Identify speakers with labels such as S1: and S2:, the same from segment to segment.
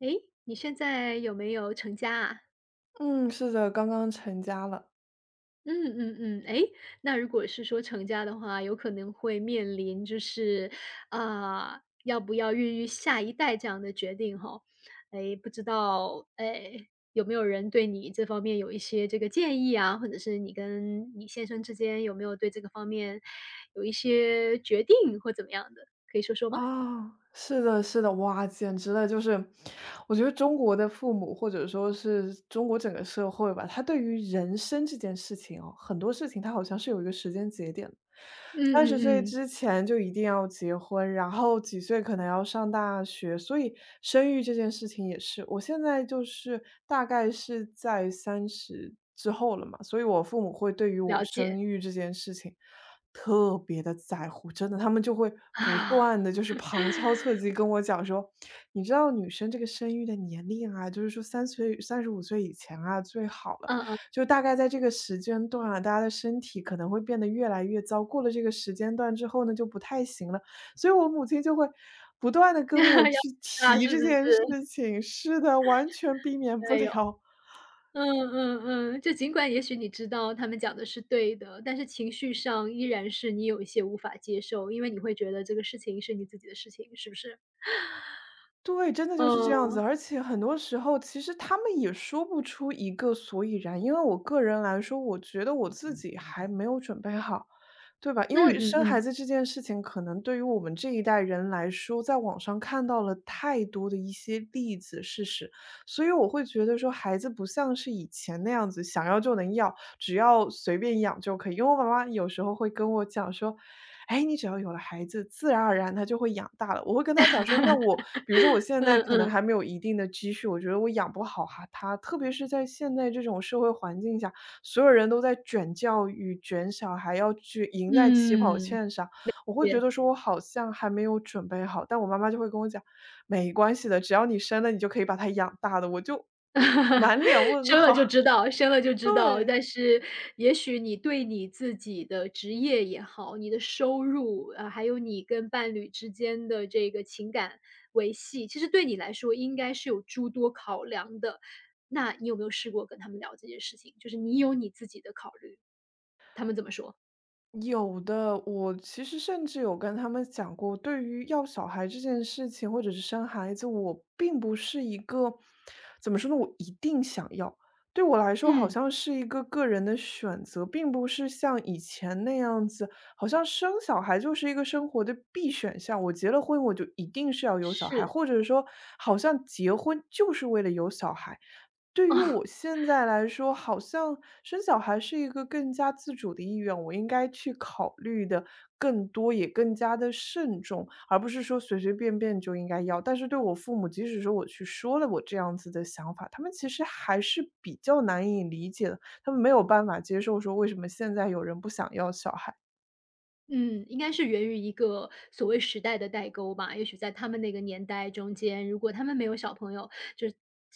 S1: 诶，你现在有没有成家啊？
S2: 嗯，是的，刚刚成家了。
S1: 嗯嗯嗯，诶，那如果是说成家的话，有可能会面临要不要孕育下一代这样的决定哈。诶，不知道，诶，有没有人对你这方面有一些这个建议啊，或者是你跟你先生之间有没有对这个方面有一些决定或怎么样的，可以说说吗？
S2: 啊，是的是的，哇，简直了！就是，我觉得中国的父母或者说是中国整个社会吧，他对于人生这件事情哦，很多事情他好像是有一个时间节点的
S1: 嗯
S2: 30岁
S1: 嗯嗯，
S2: 之前就一定要结婚，然后几岁可能要上大学，所以生育这件事情也是。我现在就是大概是在三十之后了嘛，所以我父母会对于我
S1: 了解，
S2: 生育这件事情特别的在乎，真的，他们就会不
S1: 啊，
S2: 断的 就是旁敲侧击跟我讲说：“你知道女生这个生育的年龄啊，就是说35岁以前啊，最好了。
S1: 嗯嗯，
S2: 就大概在这个时间段啊，大家的身体可能会变得越来越糟，过了这个时间段之后呢，就不太行了。”所以我母亲就会不断的 跟我
S1: 那要
S2: 去提
S1: 是
S2: 这
S1: 不
S2: 件事
S1: 是？
S2: 情，是的，完全避免不
S1: 没有
S2: 了。
S1: 嗯嗯嗯，就尽管也许你知道他们讲的是对的，但是情绪上依然是你有一些无法接受，因为你会觉得这个事情是你自己的事情，是不是？
S2: 对，真的就是这样子，
S1: 哦，
S2: 而且很多时候其实他们也说不出一个所以然。因为我个人来说，我觉得我自己还没有准备好，对吧？因
S1: 嗯
S2: 为
S1: 嗯
S2: 生孩
S1: 嗯，
S2: 子这件事情，可能对于我们这一代人来说，在网上看到了太多的一些例子事实，所以我会觉得说，孩子不像是以前那样子想要就能要，只要随便养就可以。因为我妈妈有时候会跟我讲说。哎，你只要有了孩子，自然而然他就会养大了。我会跟他讲说，那我比如说我现
S1: 嗯
S2: 在可能
S1: 嗯，
S2: 还没有一定的积蓄，我觉得我养不好哈他，特别是在现在这种社会环境下，所有人都在卷教育、卷小孩，要去赢在起跑
S1: 嗯。
S2: 线上，我会觉
S1: 也
S2: 得说我好像还没有准备好。但我妈妈就会跟我讲，没关系的，只要你生了，你就可以把他养大的。我就 满脸 问
S1: 生了
S2: 号，
S1: 就知道，生了就 知道。
S2: 对。
S1: 但是也许你对你自己的职业也好，你的收入啊，还有你跟伴侣之间的这个情感维系，其实对你来说应该是有诸多考量的。那你有没有试过跟他们聊这件事情？就是你有你自己的考虑，他们怎么说？
S2: 有的，我其实甚至有跟他们讲过，对于要小孩这件事情，或者是生孩子，我并不是一个，怎么说呢，我一定想要。对我来说，好
S1: 嗯，
S2: 像是一个个人的选择，并不是像以前那样子，好像生小孩就是一个生活的必选项。我结了婚，我就一定是要有小孩，
S1: 是。
S2: 或者说，好像结婚就是为了有小孩。对于我现在来说，好像生小孩是一个更加自主的意愿，我应该去考虑的更多，也更加的慎重，而不是说随随便便就应该要。但是对我父母，即使说我去说了我这样子的想法，他们其实还是比较难以理解的，他们没有办法接受说为什么现在有人不想要小孩。
S1: 嗯，应该是源于一个所谓时代的代沟吧。也许在他们那个年代中间，如果他们没有小朋友，就是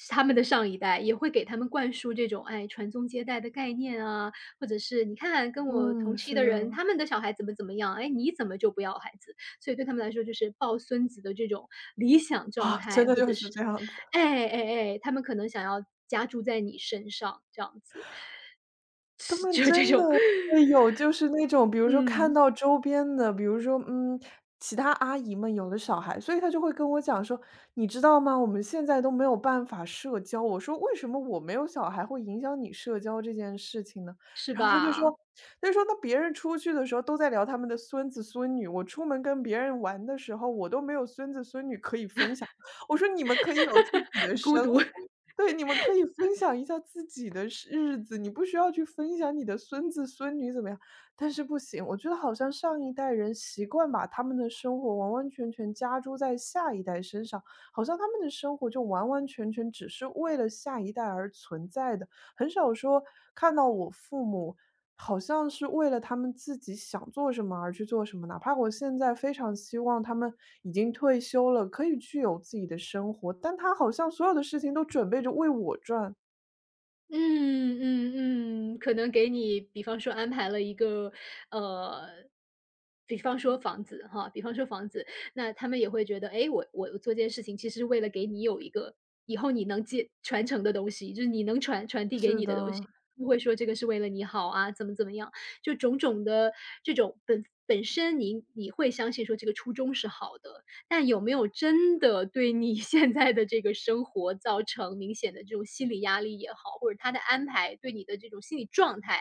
S1: 他们的上一代也会给他们灌输这种，哎，传宗接代的概念啊，或者是你看跟我同
S2: 嗯，
S1: 期
S2: 是
S1: 的人，
S2: 的。
S1: 他们的小孩怎么怎么样，哎，你怎么就不要孩子？所以对他们来说，就是抱孙子的这种理想状
S2: 啊，真
S1: 态，
S2: 的
S1: 或
S2: 就
S1: 者
S2: 是
S1: 是，
S2: 这样子。
S1: 哎哎哎，他们可能想要家住在你身上，这样子，
S2: 他 们
S1: 就这种，
S2: 对，有，就是那种比 如说看
S1: 嗯，
S2: 到周边的，比如说，嗯，其他阿姨们有了小孩，所以她就会跟我讲说：“你知道吗？我们现在都没有办法社交。”我说：“为什么我没有小孩会影响你社交这件事情呢？”
S1: 是
S2: 然后她就说
S1: 吧？
S2: 她就说：“那别人出去的时候都在聊他们的孙子孙女，我出门跟别人玩的时候，我都没有孙子孙女可以分享。”我说：“你们可以有自己的
S1: 孤
S2: 生活。”
S1: 独。
S2: 对，你们可以分享一下自己的是日子，你不需要去分享你的孙子孙女怎么样。但是不行，我觉得好像上一代人习惯把他们的生活完完全全加诸在下一代身上，好像他们的生活就完完全全只是为了下一代而存在的，很少说看到我父母好像是为了他们自己想做什么而去做什么，哪怕我现在非常希望他们已经退休了，可以去有自己的生活，但他好像所有的事情都准备着为我转。
S1: 嗯嗯嗯，可能给你比方说安排了一个，呃，比方说房子哈，比方说房子，那他们也会觉得，哎，我做这件事情其实是为了给你有一个以后你能接传承的东西，就是你能传递给
S2: 是
S1: 你的东
S2: 的。
S1: 西，不会说这个是为了你好啊，怎么怎么样，就种种的这种本身你会相信说这个初衷是好的，但有没有真的对你 现在的这个生活造成明显的这种心理压力也好，或者他的安排对你的这种心理状态，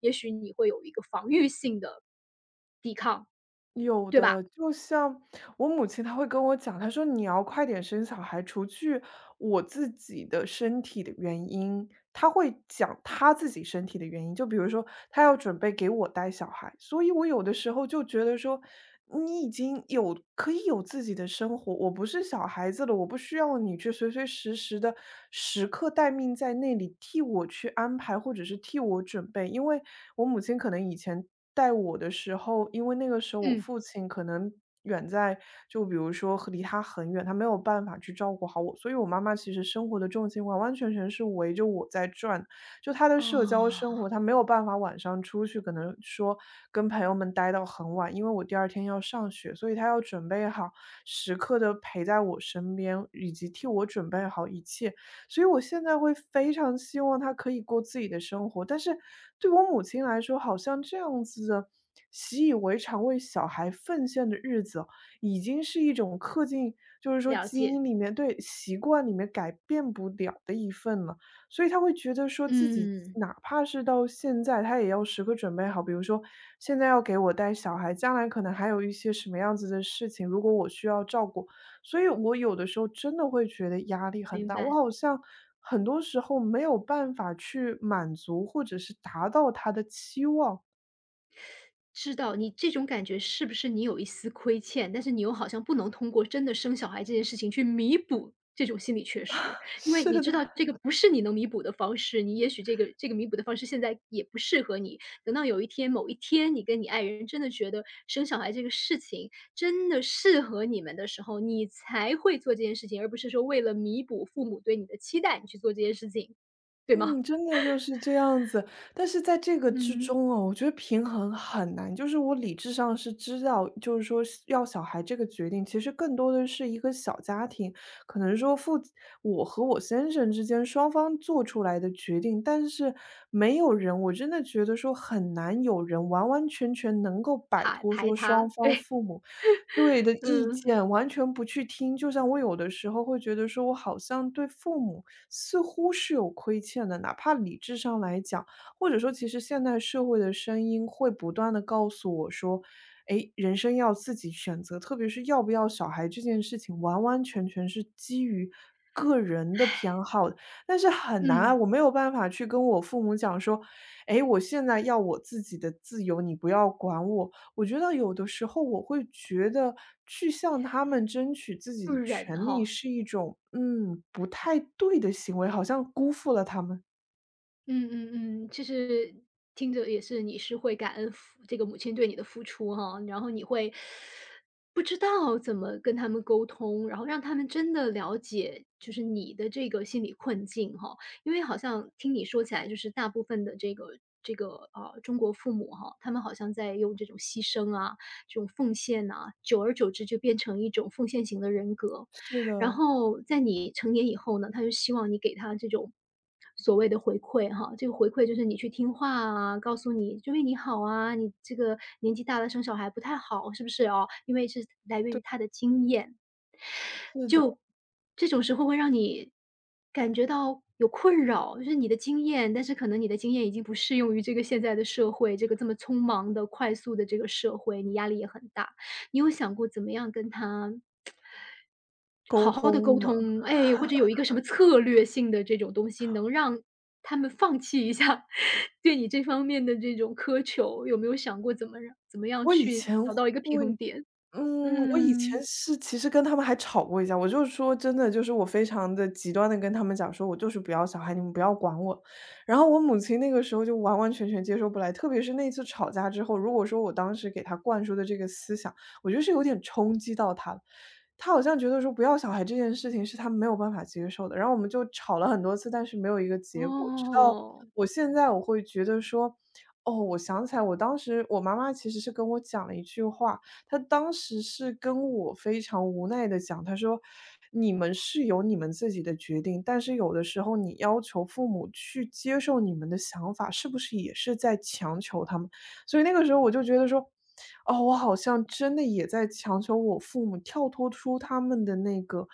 S1: 也许你会有一个防御性的，
S2: 有
S1: 对吧？
S2: 的，就像我母亲，她会跟我讲，她说：“你要快点生小孩，除去我自己的身体的原因。”她会讲她自己身体的原因，就比如说她要准备给我带小孩，所以我有的时候就觉得说，你已经有可以有自己的生活，我不是小孩子了，我不需要你去随随时时的时刻待命在那里替我去安排，或者是替我准备，因为我母亲可能以前。带我的时候，因为那个时候我
S1: 嗯。
S2: 父亲可能远在，就比如说和离他很远，他没有办法去照顾好我，所以我妈妈其实生活的重心完完全全是围着我在转，就她的社交
S1: 哦，
S2: 生活，她没有办法晚上出去，可能说跟朋友们待到很晚，因为我第二天要上学，所以她要准备好时刻的陪在我身边，以及替我准备好一切。所以我现在会非常希望他可以过自己的生活，但是对我母亲来说，好像这样子的习以为常为小孩奉献的日子哦已经是一种刻进就是说
S1: 了
S2: 基
S1: 解，
S2: 因里面对，习惯里面改变不了的一份了。所以他会觉得说自己
S1: 嗯，
S2: 哪怕是到现在，他也要时刻准备好，比如说现在要给我带小孩，将来可能还有一些什么样子的事情，如果我需要照顾，所以我有的时候真的会觉得压力很
S1: 明
S2: 大，我
S1: 白。
S2: 好像很多时候没有办法去满足或者是达到他的期望。
S1: 知道，你这种感觉是不是你有一丝亏欠，但是你又好像不能通过真的生小孩这件事情去弥补这种心理缺失。因为
S2: 是
S1: 你知
S2: 的。
S1: 道这个不是你能弥补的方式，你也许这个弥补的方式现在也不适合你。等到有一天，某一天你跟你爱人真的觉得生小孩这个事情真的适合你们的时候，你才会做这件事情，而不是说为了弥补父母对你的期待，你去做这件事情，对吗？
S2: 嗯，真的就是这样子。但是在这个之
S1: 嗯，
S2: 中哦，我觉得平衡很难。就是我理智上是知道，就是说是要小孩这个决定，其实更多的是一个小家庭，可能说我和我先生之间双方做出来的决定。但是没有人，我真的觉得说很难有人完完全全能够摆
S1: 排
S2: 脱
S1: 排
S2: 说双
S1: 他，
S2: 方
S1: 对，
S2: 父母对的意
S1: 嗯
S2: 见，完全不去听。就像我有的时候会觉得说，我好像对父母似乎是有亏欠的，哪怕理智上来讲，或者说其实现代社会的声音会不断的告诉我说，诶，人生要自己选择，特别是要不要小孩这件事情，完完全全是基于个人的偏好的。但是很难啊，
S1: 嗯，
S2: 我没有办法去跟我父母讲说，诶，我现在要我自己的自由，你不要管我。我觉得有的时候我会觉得去向他们争取自己
S1: 不
S2: 的
S1: 忍
S2: 权利
S1: 哈、
S2: 是一种，嗯，不太对的行为，好像辜负了他们。
S1: 嗯嗯嗯，其实听着也是，你是会感恩父这个母亲对你的付出哈，然后你会不知道怎么跟他们沟通，然后让他们真的了解，就是你的这个心理困境哈。因为好像听你说起来，就是大部分的这个中国父母哈，他们好像在用这种牺牲啊、这种奉献呐、久而久之就变成一种奉献型的人格。
S2: 是
S1: 然
S2: 的，
S1: 后在你成年以后呢，他就希望你给他这种所谓的回馈哈，这个回馈就是你去听话啊，告诉你就为你好啊，你这个年纪大了生小孩不太好，是不是哦？因为是来源于他的经验，
S2: 是的，
S1: 就这种时候会让你感觉到有困扰，就是你的经验，但是可能你的经验已经不适用于这个现在的社会，这个这么匆忙的、快速的这个社会，你压力也很大。你有想过怎么样跟他
S2: 沟
S1: 好好的
S2: 通
S1: 沟
S2: 嘛。
S1: 通，哎，或者有一个什么策略性的这种东西，能让他们放弃一下 对你这方面的这种苛求，有没有想过怎么怎么样
S2: 我以
S1: 去
S2: 前
S1: 找到一个平衡点？
S2: 嗯，我以前
S1: 嗯，
S2: 是其实跟他们还吵过一架，我就说真的，就是我非常的极端的跟他们讲说：“我就是不要小孩，你们不要管我。”然后我母亲那个时候就完完全全接受不来，特别是那次吵架之后，如果说我当时给她灌输的这个思想，我觉得是有点冲击到她了。她好像觉得说不要小孩这件事情是她没有办法接受的，然后我们就吵了很多次，但是没有一个结果。直到
S1: 哦，
S2: 我现在我会觉得说，哦，我想起来我当时我妈妈其实是跟我讲了一句话，他当时是跟我非常无奈的讲，他说：“你们是有你们自己的决定，但是有的时候你要求父母去接受你们的想法，是不是也是在强求他们？”所以那个时候我就觉得说，哦，我好像真的也在强求我父母跳脱出他们的那个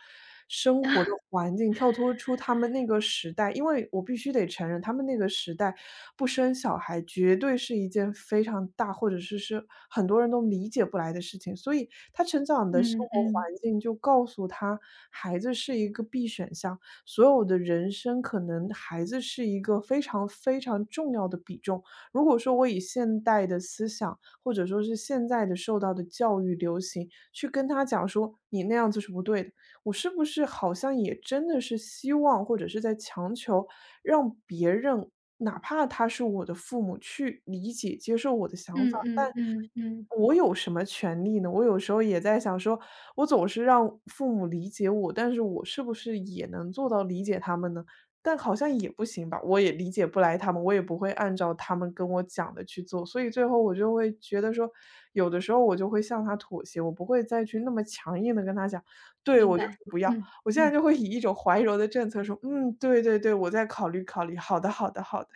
S2: 生活的环境，跳脱出他们那个时代。因为我必须得承认，他们那个时代不生小孩绝对是一件非常大，或者是很多人都理解不来的事情。所以他成长的生
S1: 嗯
S2: 活环
S1: 嗯，
S2: 境就告诉他，孩子是一个必选项，所有的人生可能孩子是一个非常非常重要的比重。如果说我以现代的思想，或者说是现在的受到的教育流行，去跟他讲说你那样子是不对的，我是不是好像也真的是希望或者是在强求让别人，哪怕他是我的父母去理解、接受我的想法。
S1: 嗯嗯嗯嗯，
S2: 我有什么权利呢？我有时候也在想说，我总是让父母理解我，但是我是不是也能做到理解他们呢？但好像也不行吧，我也理解不来他们，我也不会按照他们跟我讲的去做，所以最后我就会觉得说，有的时候我就会向他妥协，我不会再去那么强硬的跟他讲，对
S1: 明
S2: 我就
S1: 白，
S2: 是不要。
S1: 嗯，
S2: 我现在
S1: 嗯。
S2: 就会以一种怀柔的政策说，嗯，对对对，我再考虑考虑，好的好的好的，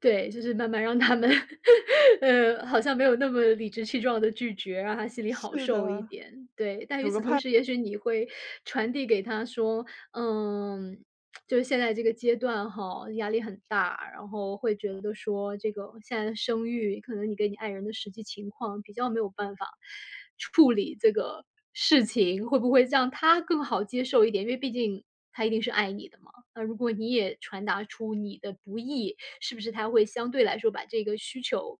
S1: 对，就是慢慢让他们 好像没有那么理直气壮的拒绝，让他 心里好
S2: 是
S1: 受一
S2: 的，
S1: 点，对。但与此同时，也许你会传递给他说，嗯，就是现在这个阶段哈，压力很大，然后会觉得说这个现在的生育，可能你跟你爱人的实际情况比较没有办法处理这个事情，会不会让他更好接受一点？因为毕竟他一定是爱你的嘛，那如果你也传达出你的不易，是不是它会相对来说把这个需求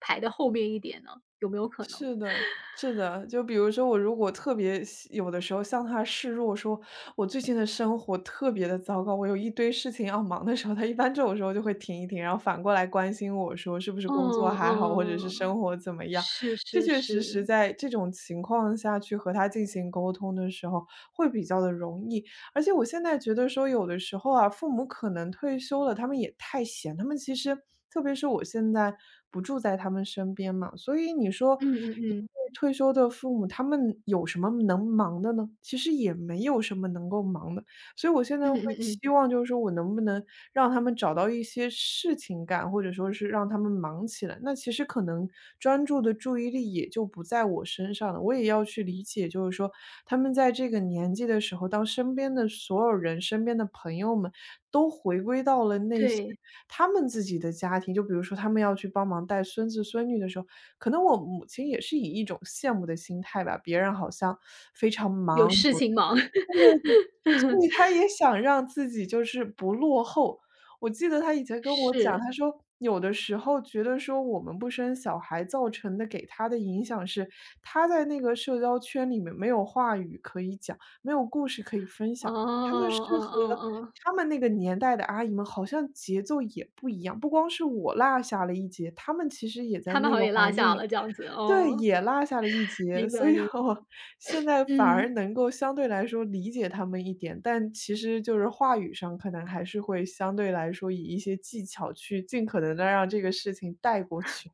S1: 排到后面一点呢？有没有可能？
S2: 是的，是的，就比如说我如果特别喜有的时候向他示弱，说我最近的生活特别的糟糕，我有一堆事情要忙的时候，他一般这种时候就会停一停，然后反过来关心我说是不是
S1: 嗯
S2: 工作还好，或者是生
S1: 嗯，
S2: 活怎么样。
S1: 是
S2: 确
S1: 是
S2: 确实实
S1: 是，
S2: 在这种情况下去和他进行沟通的时候，会比较的容易。而且我现在觉得说有的时候啊，父母可能退休了，他们也太闲，他们其实特别是我现在不住在他们身边嘛，所以你说
S1: 嗯嗯
S2: 一
S1: 嗯，
S2: 对退休的父母，他们有什么能忙的呢？其实也没有什么能够忙的，所以我现在
S1: 嗯
S2: 会
S1: 嗯嗯，
S2: 希望就是说我能不能让他们找到一些事情干，或者说是让他们忙起来。那其实可能专注的注意力也就不在我身上了。我也要去理解，就是说他们在这个年纪的时候，当身边的所有人、身边的朋友们都回归到了那些
S1: 对，
S2: 他们自己的家庭，就比如说他们要去帮忙带孙子孙女的时候，可能我母亲也是以一种羡慕的心态吧，别人好像非常
S1: 有
S2: 忙，
S1: 事情
S2: 对
S1: 忙，
S2: 对对，所以他也想让自己就是不落后。我记得他以前跟我讲，
S1: 是，
S2: 他说有的时候觉得说我们不生小孩造成的给他的影响是，他在那个社交圈里面没有话语可以讲，没有故事可以分
S1: 哦，
S2: 享。他们是
S1: 哦哦
S2: 和
S1: 哦，
S2: 他们那个年代的阿姨们好像节奏也不一样，不光是我落下了一截，他们其实也在
S1: 他们
S2: 那
S1: 好像
S2: 个
S1: 也落
S2: 环
S1: 下
S2: 境里
S1: 了这样子，
S2: 对，
S1: 哦，
S2: 也落下了一截，
S1: 明
S2: 所
S1: 白
S2: 以
S1: 明白
S2: 我现在反而
S1: 嗯。
S2: 能够相对来说理解他们一点，但其实就是话语上可能还是会相对来说以一些技巧去尽可能的让这个事情带过去。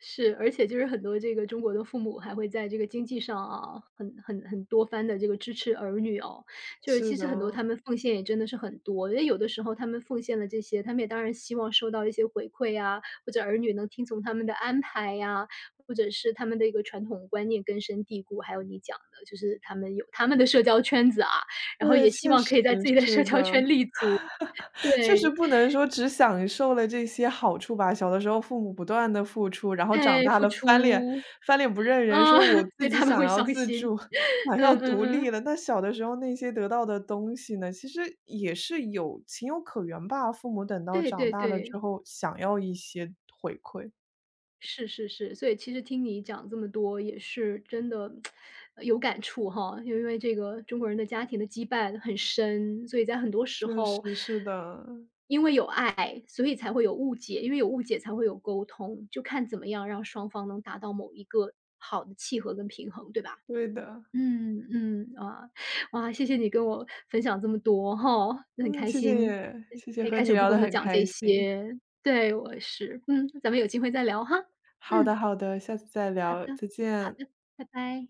S1: 是，而且就是很多这个中国的父母还会在这个经济上啊，很多番的这个支持儿女哦。就是
S2: 是
S1: 其实很多
S2: 的，
S1: 他们奉献也真的是很多，因为有的时候他们奉献了这些，他们也当然希望收到一些回馈啊，或者儿女能听从他们的安排呀，或者是他们的一个传统观念根深蒂固。还有你讲的，就是他们有他们的社交圈子啊，然后也
S2: 对，
S1: 希
S2: 确
S1: 望
S2: 实
S1: 可以在自己的
S2: 是
S1: 社交
S2: 的。
S1: 圈立足。
S2: 确实
S1: 对，
S2: 不能说只享受了这些好处吧，小的时候父母不断的付出，然后长
S1: 哎，
S2: 大
S1: 付
S2: 了翻脸
S1: 出，
S2: 翻脸不认人，
S1: 啊，
S2: 说我
S1: 所
S2: 自
S1: 以
S2: 己
S1: 他们
S2: 想
S1: 会
S2: 要
S1: 伤
S2: 自
S1: 心，
S2: 助，想要
S1: 嗯嗯
S2: 独立
S1: 嗯。
S2: 了。那小的时候那些得到的东西呢，其实也是有情有可原吧，父母等到
S1: 对
S2: 长
S1: 对
S2: 大了
S1: 对，
S2: 之后想要一些回馈。
S1: 是是是，所以其实听你讲这么多也是真的，有感触哈。因为这个中国人的家庭的羁绊很深，所以在很多时
S2: 确
S1: 候
S2: 实是的，
S1: 因为有爱，所以才会有误解，因为有误解才会有沟通，就看怎么样让双方能达到某一个好的契合跟平衡，对吧？
S2: 对的。
S1: 嗯嗯，啊哇，谢谢你跟我分享这么多哈，那很
S2: 嗯，
S1: 开
S2: 谢
S1: 心，
S2: 谢，谢谢
S1: 可以
S2: 和
S1: 开
S2: 你
S1: 诚布
S2: 聊得
S1: 公的
S2: 很
S1: 讲
S2: 开
S1: 这
S2: 心。
S1: 些。对，我也是，嗯，咱们有机会再聊哈。
S2: 好的
S1: 嗯，
S2: 好的，下次再
S1: 好
S2: 聊，
S1: 的
S2: 再
S1: 好
S2: 见。
S1: 的，拜拜。